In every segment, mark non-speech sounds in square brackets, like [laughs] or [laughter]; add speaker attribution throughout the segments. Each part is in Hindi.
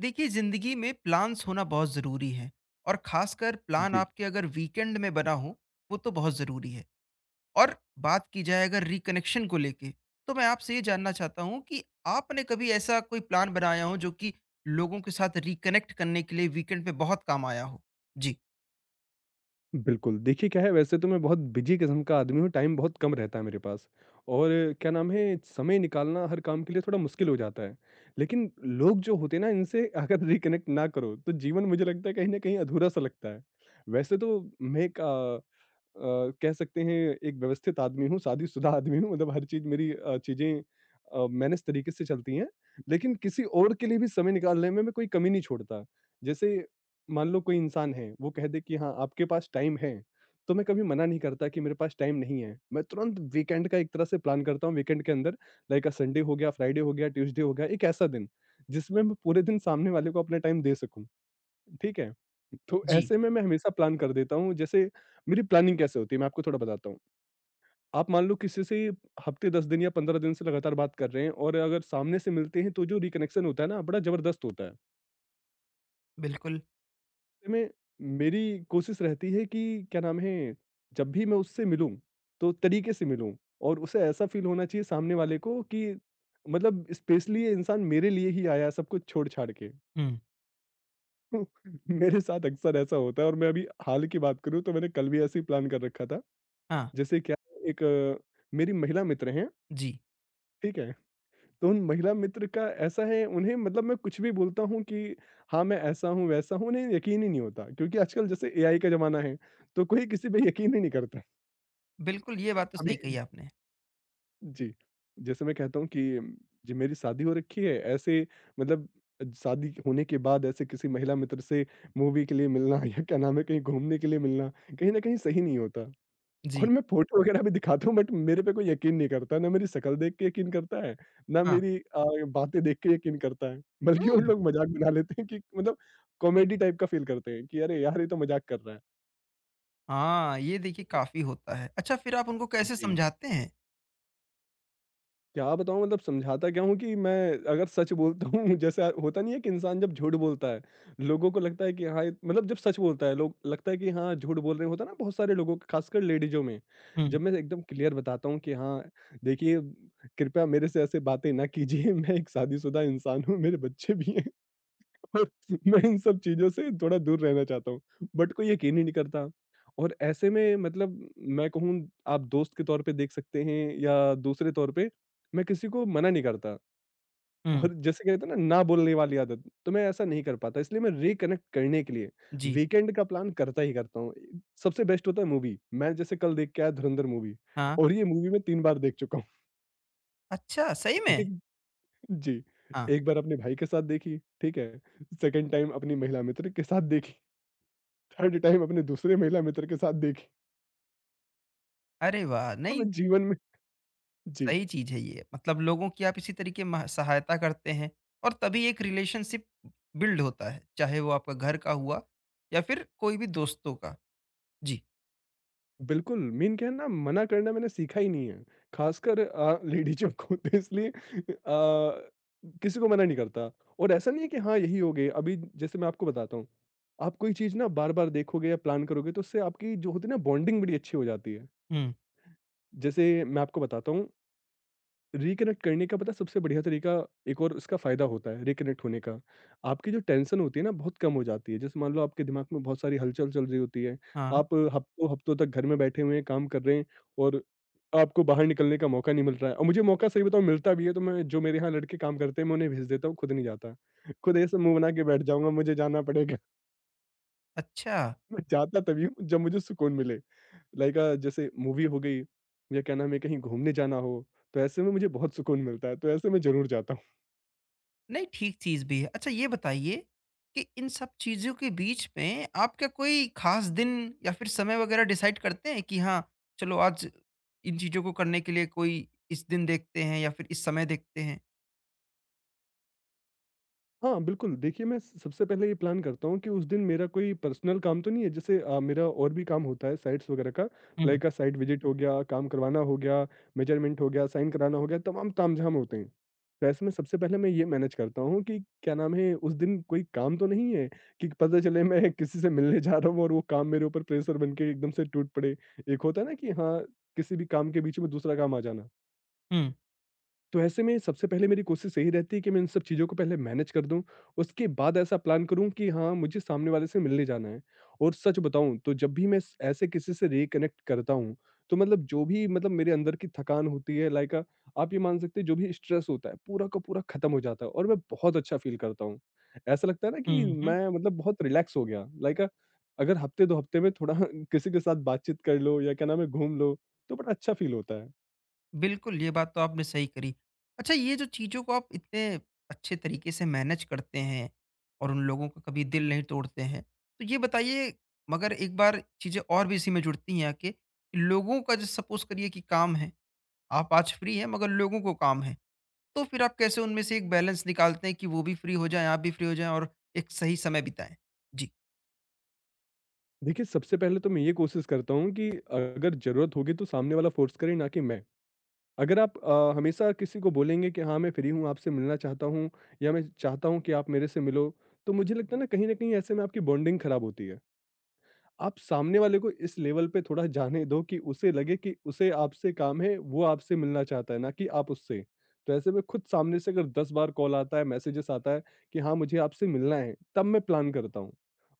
Speaker 1: देखिए जिंदगी में प्लान्स होना बहुत जरूरी है। और खासकर प्लान
Speaker 2: जी,
Speaker 1: आपके अगर वीकेंड में बना हो वो तो बहुत जरूरी है। और बात की जाए अगर रिकनेक्शन को लेके तो मैं आपसे ये जानना चाहता हूँ कि आपने कभी ऐसा कोई प्लान बनाया हो जो कि लोगों के साथ रिकनेक्ट करने के लिए वीकेंड पे बहुत काम आया हो। जी।
Speaker 2: बिल्कुल। देखिए क्या है वैसे तो मैं बहुत बिज़ी किस्म का आदमी हूँ, टाइम बहुत कम रहता है मेरे पास और क्या नाम है समय निकालना हर काम के लिए थोड़ा मुश्किल हो जाता है। लेकिन लोग जो होते हैं ना इनसे [laughs] अगर रिकनेक्ट ना करो तो जीवन मुझे लगता है कहीं न कहीं अधूरा-सा लगता है। वैसे तो मैं एक कह सकते हैं एक व्यवस्थित आदमी हूँ, शादीशुदा [laughs] आदमी हूँ मतलब हर चीज़ मेरी चीज़ें मैनेज तरीके से चलती हैं। लेकिन किसी और के लिए भी समय निकालने में मैं कोई कमी नहीं छोड़ता। जैसे मान लो कोई इंसान है, वो कह दे कि हाँ, आपके पास टाइम है, तो मैं कभी मना नहीं करता कि मेरे पास टाइम नहीं है। मैं तुरंत वीकेंड का एक तरह से प्लान करता हूँ वीकेंड के अंदर लाइक अ संडे हो गया, फ्राइडे हो गया, ट्यूसडे हो गया, एक ऐसा दिन जिसमें मैं पूरे दिन सामने वाले को अपना टाइम दे सकूँ। ठीक है? तो
Speaker 1: जी,
Speaker 2: ऐसे में मैं हमेशा प्लान कर देता हूँ, जैसे मेरी प्लानिंग कैसे होती है, मैं आपको थोड़ा बताता हूँ। आप मान लो किसी से हफ़्ते 10 दिन या 15 दिन से लगातार बात कर रहे हैं और अगर सामने से मिलते हैं तो जो रिकनेक्शन होता है ना, बड़ा ज़बरदस्त होता है।
Speaker 1: बिल्कुल।
Speaker 2: ऐसे में मेरी कोशिश रहती है कि क्या नाम है, जब भी मैं उससे मिलूँ, तो तरीके से मिलूँ और उसे ऐसा फ़ील होना चाहिए सामने वाले को कि मतलब स्पेशली ये इंसान मेरे लिए ही आया है सब कुछ छोड़-छाड़ के।
Speaker 1: हम्म।
Speaker 2: [laughs] मेरे साथ अक्सर ऐसा होता है और मैं अभी हाल की बात करूँ तो मैंने कल भी ऐसे ही प्लान कर रखा था।
Speaker 1: हाँ।
Speaker 2: जैसे क्या है, एक मेरी महिला मित्र हैं,
Speaker 1: जी,
Speaker 2: ठीक है? तो उन महिला मित्र का ऐसा है उन्हें मतलब मैं कुछ भी बोलता हूँ कि हाँ, मैं ऐसा हूँ, वैसा हूँ, उन्हें यकीन ही नहीं होता क्योंकि आजकल जैसे एआई का ज़माना है, तो कोई किसी पे यकीन ही नहीं करता।
Speaker 1: बिल्कुल, ये बात तो
Speaker 2: अभी
Speaker 1: सही कही आपने।
Speaker 2: जी, जैसे मैं कहता हूँ कि जी मेरी शादी हो रखी है, ऐसे मतलब शादी होने के बाद ऐसे किसी महिला मित्र से मूवी के लिए मिलना [laughs] या क्या नाम है, कहीं घूमने के लिए मिलना, कहीं न कहीं सही नहीं होता। और
Speaker 1: जी।
Speaker 2: मैं फ़ोटो वगैरह भी दिखाता हूँ बट मेरे पे कोई यकीन नहीं करता, ना मेरी शक्ल देख के यकीन करता है, ना
Speaker 1: हाँ।
Speaker 2: मेरी बातें देख के यकीन करता है। बल्कि वो
Speaker 1: हम्म।
Speaker 2: लोग मज़ाक बना लेते हैं कि मतलब कॉमेडी टाइप का फ़ील करते हैं कि अरे यार! ये तो मज़ाक कर रहा है।
Speaker 1: हाँ, ये देखिए काफी होता है। अच्छा, फिर आप उनको कैसे
Speaker 2: जी।
Speaker 1: समझाते हैं?
Speaker 2: क्या बताऊँ मतलब समझाता क्या हूँ कि मैं अगर सच बोलता हूँ [laughs] जैसे होता नहीं है कि इंसान जब झूठ बोलता है, लोगों को लगता है कि हाँ, ये मतलब जब सच बोलता है लोग लगता है कि हाँ, झूठ बोल रहे हैं, होता है ना बहुत सारे लोगों को खासकर लेडीज़ों में।
Speaker 1: हम्म,
Speaker 2: जब मैं एकदम क्लियर बताता हूँ कि हाँ, देखिए कृपया मेरे से ऐसे बातें ना कीजिए [laughs] मैं एक शादीशुदा इंसान हूँ, मेरे बच्चे भी हैं। और [laughs] मैं इन सब चीज़ों से थोड़ा दूर रहना चाहता हूँ, बट कोई यकीन ही नहीं करता। और ऐसे में मतलब मैं कहूँ आप दोस्त के तौर पे देख सकते हैं या दूसरे तौर पे, मैं किसी को मना नहीं करता
Speaker 1: हम्म,
Speaker 2: और जैसे कहते हैं ना, ना बोलने वाली आदत, तो मैं ऐसा नहीं कर पाता। इसलिए मैं रिकनेक्ट करने के लिए
Speaker 1: जी।
Speaker 2: वीकेंड का प्लान करता ही करता हूँ। सबसे बेस्ट होता है मूवी, मैं जैसे कल देख के आया धुरंधर मूवी
Speaker 1: हाँ।
Speaker 2: और ये मूवी मैं 3 बार देख चुका हूँ।
Speaker 1: अच्छा, सही
Speaker 2: [laughs]
Speaker 1: में?
Speaker 2: एक जी,
Speaker 1: हाँ।
Speaker 2: एक बार अपने भाई के साथ देखी, ठीक है? सेकंड टाइम अपनी महिला मित्र के साथ देखी। थर्ड टाइम अपने दूसरे महिला मित्र के साथ देखी।
Speaker 1: अरे वाह!
Speaker 2: तो
Speaker 1: नहीं,
Speaker 2: मैं जीवन में जी,
Speaker 1: सही चीज़ है ये। मतलब लोगों की आप इसी तरीके मह सहायता करते हैं और तभी एक रिलेशनशिप बिल्ड होता है, चाहे वो आपका घर का हुआ या फिर कोई भी दोस्तों का। जी।
Speaker 2: बिल्कुल मेन क्या है ना मना करना मैंने सीखा ही नहीं है। ख़ासकर लेडीज़ जो होते हैं इसलिए किसी को मना नहीं करता और ऐसा नहीं है कि हाँ, यही हो गए। अभी जैसे मैं आपको बताता हूँ, आप कोई चीज़ ना बार-बार देखोगे या प्लान करोगे तो उससे आपकी जो होती है ना बॉन्डिंग बड़ी अच्छी हो जाती है।
Speaker 1: हुँ,
Speaker 2: जैसे मैं आपको बताता हूँ रिकनेक्ट करने का पता है सबसे बढ़िया तरीका एक और इसका फ़ायदा होता है रिकनेक्ट होने का, आपकी जो टेंशन होती है ना बहुत कम हो जाती है। जैसे मान लो आपके दिमाग में बहुत सारी हलचल चल रही होती है,
Speaker 1: हाँ।
Speaker 2: आप हफ्तों हफ्तों तक घर में बैठे हुए हैं, काम कर रहे हैं और आपको बाहर निकलने का मौका नहीं मिल रहा है और मुझे मौका सही बताऊँ मिलता भी है तो मैं जो मेरे यहाँ लड़के काम करते हैं मैं उन्हें भेज देता हूँ, खुद नहीं जाता। खुद ऐसे मुँह बना के बैठ जाऊँगा मुझे जाना पड़ेगा।
Speaker 1: अच्छा,
Speaker 2: [laughs] मैं जाता तभी हूँ जब मुझे सुकून मिले। लाइक जैसे मूवी हो गई या क्या नाम है कहीं घूमने जाना हो, तो ऐसे में मुझे बहुत सुकून मिलता है, तो ऐसे मैं ज़रूर जाता हूँ।
Speaker 1: नहीं ठीक चीज़ भी है। अच्छा, ये बताइए कि इन सब चीज़ों के बीच में आप क्या कोई ख़ास दिन या फिर समय वग़ैरह डिसाइड करते हैं कि हाँ, चलो आज इन चीज़ों को करने के लिए कोई इस दिन देखते हैं या फिर इस समय देखते हैं?
Speaker 2: हाँ, बिल्कुल। देखिए, मैं स सबसे पहले ये प्लान करता हूँ कि उस दिन मेरा कोई पर्सनल काम तो नहीं है। जैसे मेरा और भी काम होता है साइट्स वगैरह का,
Speaker 1: हुँ,
Speaker 2: लाइक साइट विज़िट हो गया, काम करवाना हो गया, मेजरमेंट हो गया, साइन कराना हो गया, तमाम तामझाम होते हैं। तो ऐसे में सबसे पहले मैं ये मैनेज करता हूँ कि क्या नाम है, उस दिन कोई काम तो नहीं है कि पता चले मैं [laughs] किसी से मिलने जा रहा हूँ और वो काम मेरे ऊपर प्रेशर बन के एकदम से टूट पड़े। एक होता है ना कि हाँ, किसी भी काम के बीच में दूसरा काम आ जाना।
Speaker 1: हुँ।
Speaker 2: तो ऐसे में सबसे पहले मेरी कोशिश यही रहती है कि मैं इन सब चीज़ों को पहले मैनेज कर दूँ, उसके बाद ऐसा प्लान करूँ कि हाँ, मुझे सामने वाले से मिलने जाना है। और सच बताऊँ तो जब भी मैं स ऐसे किसी से रिकनेक्ट करता हूँ, तो मतलब जो भी मतलब मेरे अंदर की थकान होती है लाइक आप ये मान सकते हैं जो भी स्ट्रेस होता है, पूरा का पूरा खत्म हो जाता है और मैं बहुत अच्छा फ़ील करता हूँ। ऐसा लगता है ना कि
Speaker 1: हुँ, हुँ।
Speaker 2: मैं मतलब बहुत रिलैक्स हो गया लाइक अगर हफ्ते 2 हफ्ते में थोड़ा [laughs] किसी के साथ बातचीत कर लो या क्या नाम है घूम लो, तो बड़ा अच्छा फ़ील होता है।
Speaker 1: बिल्कुल, ये बात तो आपने सही करी। अच्छा, ये जो चीज़ों को आप इतने अच्छे तरीके से मैनेज करते हैं और उन लोगों का कभी दिल नहीं तोड़ते हैं, तो ये बताइए मगर एक बार चीज़ें और भी इसी में जुड़ती हैं आके, कि लोगों का जैसे सपोज़ करिए कि काम है, आप आज फ्री हैं मगर लोगों को काम है, तो फिर आप कैसे उनमें से एक बैलेंस निकालते हैं कि वो भी फ्री हो जाएँ, आप भी फ्री हो जाएँ और एक सही समय बिताएँ? जी।
Speaker 2: देखिए, सबसे पहले तो मैं ये कोशिश करता हूँ कि अगर ज़रूरत होगी तो सामने वाला फ़ोर्स करे ना कि मैं। अगर आप हमेशा किसी को बोलेंगे कि हाँ, मैं फ्री हूँ, आपसे मिलना चाहता हूँ या मैं चाहता हूँ कि आप मेरे से मिलो, तो मुझे लगता है ना कहीं न कहीं ऐसे में आपकी बॉन्डिंग खराब होती है। आप सामने वाले को इस लेवल पे थोड़ा जाने दो कि उसे लगे कि उसे आपसे काम है, वो आपसे मिलना चाहता है, ना कि आप उससे। तो ऐसे में खुद सामने से अगर 10 बार कॉल आता है, मैसेजेस आता है कि हाँ, मुझे आपसे मिलना है, तब मैं प्लान करता हूँ।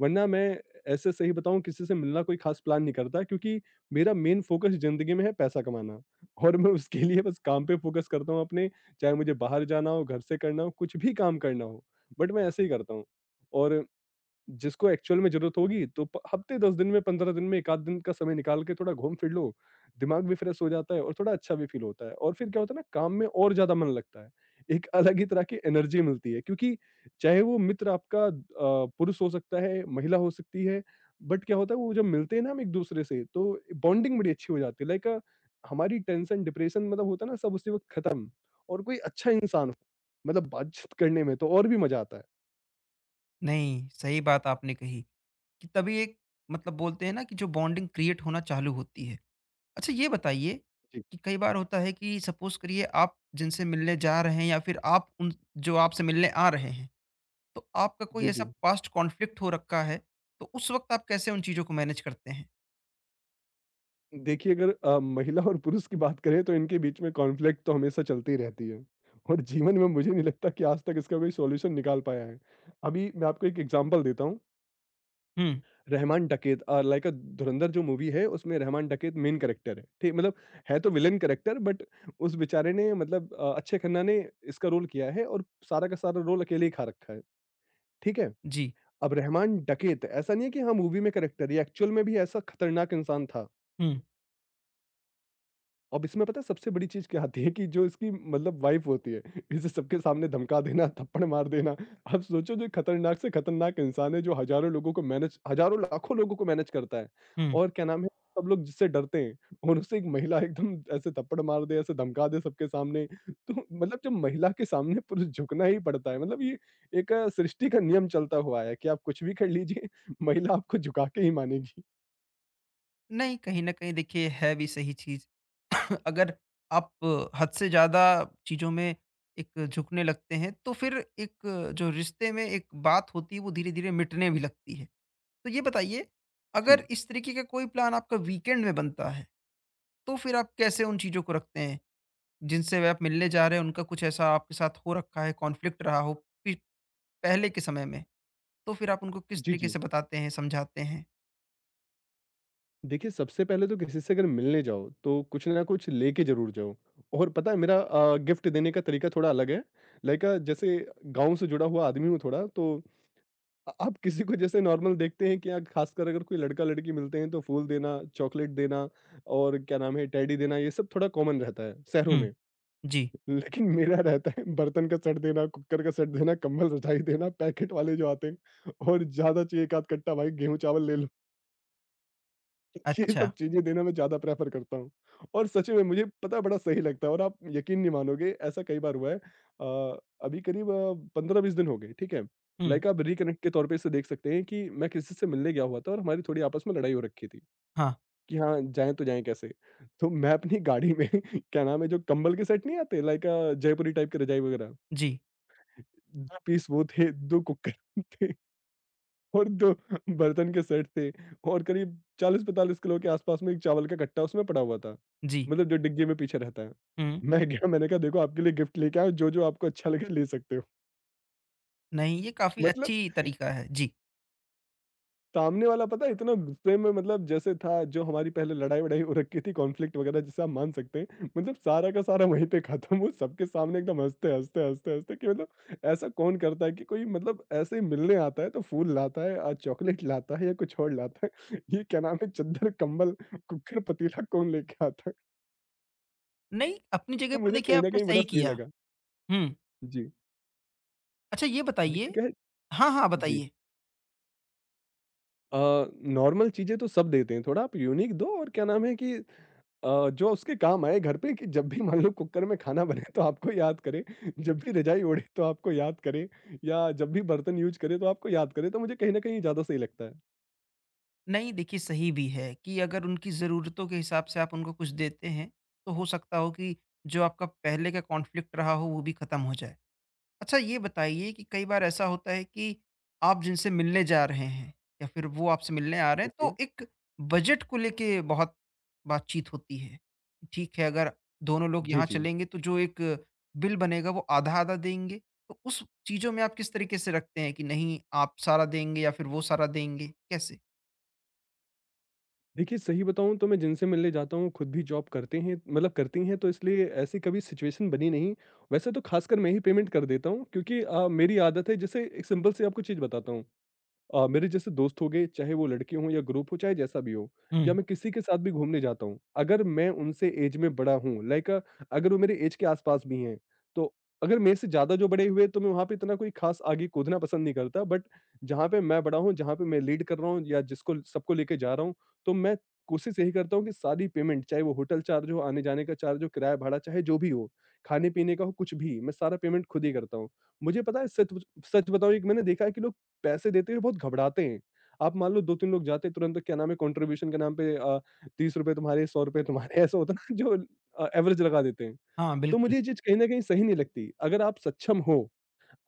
Speaker 2: वरना मैं ऐसे सही बताऊँ किसी से मिलना कोई ख़ास प्लान नहीं करता क्योंकि मेरा मेन फ़ोकस ज़िंदगी में है पैसा कमाना [laughs] और मैं उसके लिए बस काम पे फ़ोकस करता हूँ अपने, चाहे मुझे बाहर जाना हो, घर से करना हो, कुछ भी काम करना हो, बट मैं ऐसे ही करता हूँ। और जिसको एक्चुअल में ज़रूरत होगी तो प हफ़्ते 10 दिन में 15 दिन में 1 आध दिन का समय निकाल के थोड़ा घूम फिर लो, दिमाग भी फ्रेश हो जाता है और थोड़ा अच्छा भी फ़ील होता है और फिर क्या होता है ना काम में और ज़्यादा मन लगता है। एक [laughs] अलग ही तरह की एनर्जी मिलती है क्योंकि चाहे वो मित्र आपका पुरुष हो सकता है, महिला हो सकती है, बट क्या होता है वो जब मिलते हैं ना हम एक-दूसरे से तो बॉन्डिंग बड़ी अच्छी हो जाती है लाइक हमारी टेंशन, डिप्रेशन मतलब होता है ना सब उसी वक़्त खत्म और कोई अच्छा इंसान हो मतलब बातचीत करने में तो और भी मज़ा आता है।
Speaker 1: नहीं, सही बात आपने कही कि तभी एक मतलब बोलते हैं ना कि जो बॉन्डिंग क्रिएट होना चालू होती है। अच्छा, ये बताइए
Speaker 2: जी।
Speaker 1: कि कई बार होता है कि सपोज़ करिए आप जिनसे मिलने जा रहे हैं या फिर आप उन जो आपसे मिलने आ रहे हैं, तो आपका कोई
Speaker 2: जी,
Speaker 1: ऐसा
Speaker 2: जी।
Speaker 1: पास्ट कॉन्फ्लिक्ट हो रखा है, तो उस वक़्त आप कैसे उन चीज़ों को मैनेज करते हैं?
Speaker 2: देखिए, अगर महिला और पुरुष की बात करें तो इनके बीच में कॉन्फ्लिक्ट तो हमेशा चलती रहती है और जीवन में मुझे नहीं लगता कि आज तक इसका कोई सॉल्यूशन निकाल पाया है। अभी मैं आपको एक एग्ज़ाम्पल देता हूँ,
Speaker 1: हुँ,
Speaker 2: रहमान डकैत लाइक धुरंधर जो मूवी है उसमें रहमान डकैत मेन कैरेक्टर है, ठीक मतलब है तो विलेन कैरेक्टर बट उस बेचारे ने मतलब अक्षय खन्ना ने इसका रोल किया है और सारा का सारा रोल अकेले ही खा रखा है, ठीक है?
Speaker 1: जी,
Speaker 2: अब रहमान डकैत ऐसा नहीं है कि हाँ, मूवी में कैरेक्टर है, ये एक्चुअल में भी ऐसा खतरनाक इंसान था।
Speaker 1: हुँ,
Speaker 2: अब इसमें पता है सबसे बड़ी चीज़ क्या आती है कि जो इसकी मतलब वाइफ़ होती है, [laughs] इसे सबके सामने धमका देना, थप्पड़ मार देना। आप सोचो जो खतरनाक से खतरनाक इंसान है जो हज़ारों लाखों लोगों को मैनेज करता है
Speaker 1: हुँ।
Speaker 2: और क्या नाम है, सब लोग जिससे डरते हैं और उसे एक महिला एकदम ऐसे थप्पड़ मार दे, ऐसे धमका दे सबके सामने। तो मतलब जब महिला के सामने पुरुष झुकना ही पड़ता है मतलब ये एक सृष्टि का नियम चलता हुआ आया है कि आप कुछ भी कर लीजिए, [laughs] महिला आपको झुका के ही मानेगी।
Speaker 1: नहीं, कहीं न कहीं देखिए है भी सही चीज़। [coughs] अगर आप हद से ज़्यादा चीज़ों में एक झुकने लगते हैं, तो फिर एक जो रिश्ते में एक बात होती है वो धीरे-धीरे मिटने भी लगती है। तो ये बताइए,
Speaker 2: जी।
Speaker 1: अगर इस तरीके का कोई प्लान आपका वीकेंड में बनता है, तो फिर आप कैसे उन चीज़ों को रखते हैं? जिनसे वे आप मिलने जा रहे हैं, उनका कुछ ऐसा आपके साथ हो रखा है, कॉन्फ्लिक्ट रहा हो पि पहले के समय में, तो फिर आप उनको किस
Speaker 2: जी,
Speaker 1: तरीके
Speaker 2: जी।
Speaker 1: से बताते हैं, समझाते हैं?
Speaker 2: देखिए, सबसे पहले तो किसी से अगर मिलने जाओ, तो कुछ ना कुछ लेके ज़रूर जाओ और पता है मेरा गिफ्ट देने का तरीका थोड़ा अलग है। लाइक जैसे गाँव से जुड़ा हुआ आदमी हूँ थोड़ा, तो आप [laughs] किसी को जैसे नॉर्मल देखते हैं कि यहाँ खासकर अगर कोई लड़का-लड़की मिलते हैं, तो फूल देना, चॉकलेट देना और क्या नाम है, टेडी देना, ये सब थोड़ा कॉमन रहता है शहरों
Speaker 1: हुँ,
Speaker 2: में।
Speaker 1: जी।
Speaker 2: लेकिन मेरा रहता है बर्तन का सेट देना, कुकर का सेट देना, कंबल रजाई देना, पैकेट वाले जो आते हैं और ज़्यादा चाहिए एक आध कट्टा भाई गेहूँ-चावल ले ये
Speaker 1: अच्छा।
Speaker 2: सब चीज़ें देना मैं ज़्यादा प्रेफ़र करता हूँ और सच में मुझे पता है बड़ा सही लगता है और आप यकीन नहीं मानोगे ऐसा कई बार हुआ है। अभी करीब 15-20 दिन हो गए, ठीक है?
Speaker 1: हुँ।
Speaker 2: लाइक आप रिकनेक्ट के तौर पे इसे देख सकते हैं कि मैं किसी से मिलने गया हुआ था और हमारी थोड़ी आपस में लड़ाई हो रखी थी
Speaker 1: हाँ,
Speaker 2: कि हाँ, जाएँ तो जाएँ कैसे? तो मैं अपनी गाड़ी में [laughs] क्या नाम है जो कंबल के सेट नहीं आते लाइक जयपुरी टाइप की रज़ाई वगैरह,
Speaker 1: जी,
Speaker 2: 2 पीस वो थे, 2 कुक्कड़ थे। [laughs] और 2 बर्तन के सेट थे और करीब 40-45 किलो के आसपास में एक चावल का कट्टा उसमें पड़ा हुआ था।
Speaker 1: जी।
Speaker 2: मतलब जो डिग्गी में पीछे रहता है।
Speaker 1: हुँ।
Speaker 2: मैं गया मैंने कहा देखो आपके लिए गिफ्ट लेके आया हूँ, जो-जो आपको अच्छा लगे ले सकते हो।
Speaker 1: नहीं, ये काफ़ी
Speaker 2: मतलब
Speaker 1: अच्छी तरीका है। जी।
Speaker 2: सामने वाला पता है इतना गुस्से में मतलब जैसे था जो हमारी पहले लड़ाई-वड़ाई हो रखी थी कॉन्फ्लिक्ट वगैरह जिसे आप मान सकते हैं, मतलब सारा का सारा वहीं पे खत्म वो सबके सामने एकदम हँसते-हँसते, हँसते-हँसते कि मतलब ऐसा कौन करता है कि कोई मतलब ऐसे ही मिलने आता है तो फूल लाता है चॉकलेट लाता है या कुछ और लाता है। [laughs] ये क्या नाम है चद्दर, कंबल, कुकर, पतीला कौन लेके आता है?
Speaker 1: नहीं, अपनी जगह
Speaker 2: तो
Speaker 1: पर
Speaker 2: मुझे
Speaker 1: देखिए
Speaker 2: कहीं न
Speaker 1: आपने
Speaker 2: कहीं बड़ा
Speaker 1: सही
Speaker 2: सही
Speaker 1: किया।
Speaker 2: लगा।
Speaker 1: हुँ।
Speaker 2: जी,
Speaker 1: अच्छा, ये
Speaker 2: देखिए
Speaker 1: बताइए।
Speaker 2: क्या है
Speaker 1: हाँ, हाँ,
Speaker 2: जी।
Speaker 1: बताइए।
Speaker 2: अ, नॉर्मल चीज़ें तो सब देते हैं थोड़ा आप यूनिक दो और क्या नाम है कि जो उसके काम आए घर पे कि जब भी मान लो कुकर में खाना बने तो आपको याद करे, जब भी रजाई ओढ़े तो आपको याद करे या जब भी बर्तन यूज़ करे तो आपको याद करे, तो मुझे कहीं न कहीं ज़्यादा सही लगता है।
Speaker 1: नहीं, देखिए सही भी है कि अगर उनकी ज़रूरतों के हिसाब से आप उनको कुछ देते हैं, तो हो सकता हो कि जो आपका पहले का कॉन्फ्लिक्ट रहा हो वो भी ख़त्म हो जाए। अच्छा, ये बताइए कि कई बार ऐसा होता है कि आप जिनसे मिलने जा रहे हैं या फिर वो आपसे मिलने आ रहे हैं
Speaker 2: ओके।
Speaker 1: तो एक बजट को लेके बहुत बातचीत होती है। ठीक है, अगर दोनों लोग
Speaker 2: जी,
Speaker 1: यहाँ
Speaker 2: जी।
Speaker 1: चलेंगे तो जो एक बिल बनेगा वो आधा-आधा देंगे। तो उस चीज़ों में आप किस तरीके से रखते हैं कि नहीं आप सारा देंगे या फिर वो सारा देंगे? कैसे?
Speaker 2: देखिए सही बताऊँ तो मैं जिनसे मिलने जाता हूँ, खुद भी जॉब करते हैं मतलब करती हैं तो इसलिए ऐसी कभी सिचुएशन बनी नहीं। वैसे तो खासकर मैं ही पेमेंट कर देता हूँ क्योंकि मेरी आदत है जैसे एक सिंपल सी आपको चीज़ बताता हूँ। मेरे जैसे दोस्त हो गए, चाहे वो लड़के हों या ग्रुप हो, चाहे जैसा भी हो, या मैं किसी के साथ भी घूमने जाता हूँ, अगर मैं उनसे ऐज में बड़ा हूँ, लाइक अगर वो मेरे ऐज के आसपास भी हैं, तो अगर मेरे से ज़्यादा जो बड़े हुए, तो मैं वहाँ पे इतना कोई ख़ास आगे कूदना पसंद नहीं करता, बट जहाँ पे मैं बड़ा हूँ, जहाँ पे मैं लीड कर रहा हूँ या जिसको सबको लेके जा रहा हूँ, तो मैं कोशिश यही करता हूँ कि सारी पेमेंट, चाहे वो होटल चार्ज हो, आने-जाने का चार्ज हो, किराया भाड़ा चाहे जो भी हो, खाने-पीने का हो, कुछ भी, मैं सारा पेमेंट खुद ही करता हूँ। मुझे पता है सच सच बताऊँ एक मैंने देखा है कि लोग पैसे देते हुए बहुत घबराते हैं। आप मान लो 2-3 लोग जाते हैं तुरंत क्या नाम है कंट्रीब्यूशन के नाम पे ₹30 तुम्हारे, ₹100 तुम्हारे ऐसा होता है ना जो एवरेज लगा देते हैं।
Speaker 1: हाँ,
Speaker 2: तो
Speaker 1: बिल्कुल।
Speaker 2: मुझे ये चीज़ कहीं न कहीं सही नहीं लगती। अगर आप सक्षम हो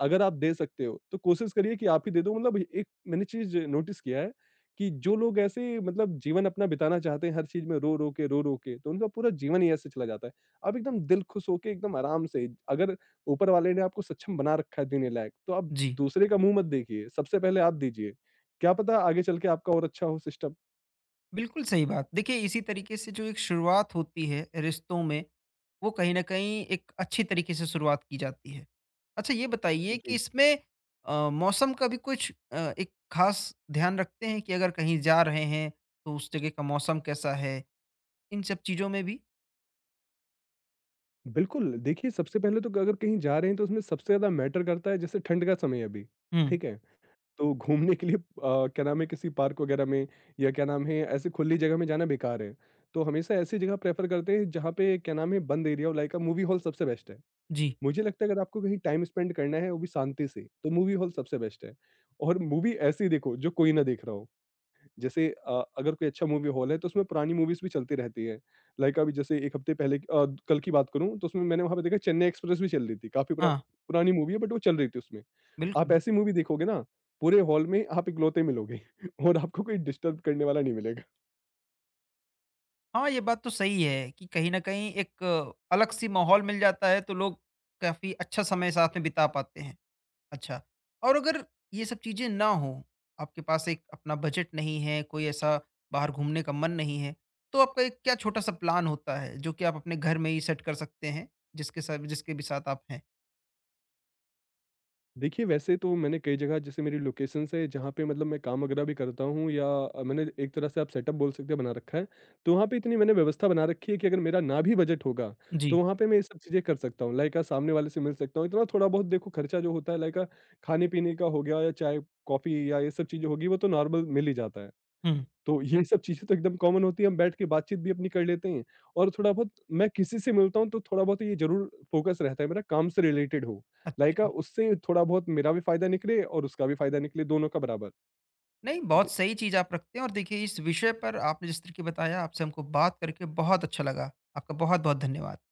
Speaker 2: अगर आप दे सकते हो, तो कोशिश करिए कि आप ही दे दो मतलब एक मैंने चीज़ नोटिस किया है कि जो लोग ऐसे मतलब जीवन अपना बिताना चाहते हैं हर चीज़ में रो-रो के, तो उनका पूरा जीवन ही ऐसे चला जाता है। आप एकदम दिल खुश होके एकदम आराम से अगर ऊपर वाले ने आपको सक्षम बना रखा है देने लायक, तो आप
Speaker 1: जी,
Speaker 2: दूसरे का मुँह मत देखिए, सबसे पहले आप दीजिए। क्या पता आगे चल के आपका और अच्छा हो सिस्टम।
Speaker 1: बिल्कुल सही बात। देखिए इसी तरीके से जो एक शुरुआत होती है रिश्तों में, वो कहीं न कहीं एक अच्छी तरीके से शुरुआत की जाती है। अच्छा, ये बताइए कि
Speaker 2: जी।
Speaker 1: इसमें मौसम का भी कुछ एक ख़ास ध्यान रखते हैं कि अगर कहीं जा रहे हैं, तो उस जगह का मौसम कैसा है? इन सब चीज़ों में भी?
Speaker 2: बिल्कुल, देखिए सबसे पहले तो अगर कहीं जा रहे हैं तो उसमें सबसे ज़्यादा मैटर करता है जैसे ठंड का समय है अभी,
Speaker 1: हुँ,
Speaker 2: ठीक है? तो घूमने के लिए क्या नाम है किसी पार्क वगैरह में या क्या नाम है ऐसे खुली जगह में जाना बेकार है। तो हमेशा ऐसी जगह प्रेफ़र करते हैं जहाँ पे क्या नाम है बंद एरिया हो लाइक अ मूवी हॉल सबसे बेस्ट है।
Speaker 1: जी।
Speaker 2: मुझे लगता है अगर आपको कहीं टाइम स्पेंड करना है वो भी शांति से, तो मूवी हॉल सबसे बेस्ट है। और मूवी ऐसी देखो जो कोई ना देख रहा हो। जैसे अगर कोई अच्छा मूवी हॉल है तो उसमें पुरानी मूवीज भी चलती रहती है। लाइक अभी जैसे 1 हफ्ते पहले की कल की बात करूँ तो उसमें मैंने वहाँ पे देखा चेन्नई एक्सप्रेस भी चल रही थी। काफ़ी
Speaker 1: हाँ,
Speaker 2: पुरानी मूवी है बट वो चल रही थी उसमें। आप
Speaker 1: बिल्कुल।
Speaker 2: ऐसी मूवी देखोगे ना पूरे हॉल में आप इकलौते मिलोगे [laughs] और आपको कोई डिस्टर्ब करने वाला नहीं मिलेगा।
Speaker 1: हाँ, ये बात तो सही है कि कहीं न कहीं एक अलग-सी माहौल मिल जाता है, तो लोग काफ़ी अच्छा समय साथ में बिता पाते हैं। अच्छा। और अगर ये सब चीज़ें ना हों, आपके पास एक अपना बजट नहीं है, कोई ऐसा बाहर घूमने का मन नहीं है, तो आपका एक क्या छोटा-सा प्लान होता है, जो कि आप अपने घर में ही सेट कर सकते हैं, जिसके साथ जिसके भी साथ आप हैं?
Speaker 2: देखिए, वैसे तो मैंने कई जगह जैसे मेरी लोकेशंस है जहाँ पे मतलब मैं काम वगैरह भी करता हूँ या मैंने एक तरह से आप सेटअप बोल सकते हैं बना रखा है। तो वहाँ पे इतनी मैंने व्यवस्था बना रखी है कि अगर मेरा ना भी बजट होगा,
Speaker 1: जी।
Speaker 2: तो वहाँ पे मैं ये सब चीज़ें कर सकता हूँ। लाइक सामने वाले से मिल सकता हूँ, इतना थोड़ा-बहुत देखो खर्चा जो होता है लाइक खाने-पीने का हो गया या चाय, कॉफ़ी या ये सब चीज़ें होगी वो तो नॉर्मल मिल ही जाता है।
Speaker 1: हुँ,
Speaker 2: तो ये सब चीज़ें तो एकदम कॉमन होती है, हम बैठ के बातचीत भी अपनी कर लेते हैं और थोड़ा बहुत मैं किसी से मिलता हूँ तो थोड़ा बहुत ये ज़रूर फ़ोकस रहता है मेरा काम से रिलेटेड हो। लाइक
Speaker 1: अच्छा।
Speaker 2: उससे थोड़ा बहुत मेरा भी फ़ायदा निकले और उसका भी फ़ायदा निकले, दोनों का बराबर।
Speaker 1: नहीं, बहुत
Speaker 2: जी।
Speaker 1: सही चीज़ आप रखते हैं और देखिए इस विषय पर आपने जिस तरीके बताया, आपसे हमको बात करके बहुत अच्छा लगा। आपका बहुत-बहुत धन्यवाद।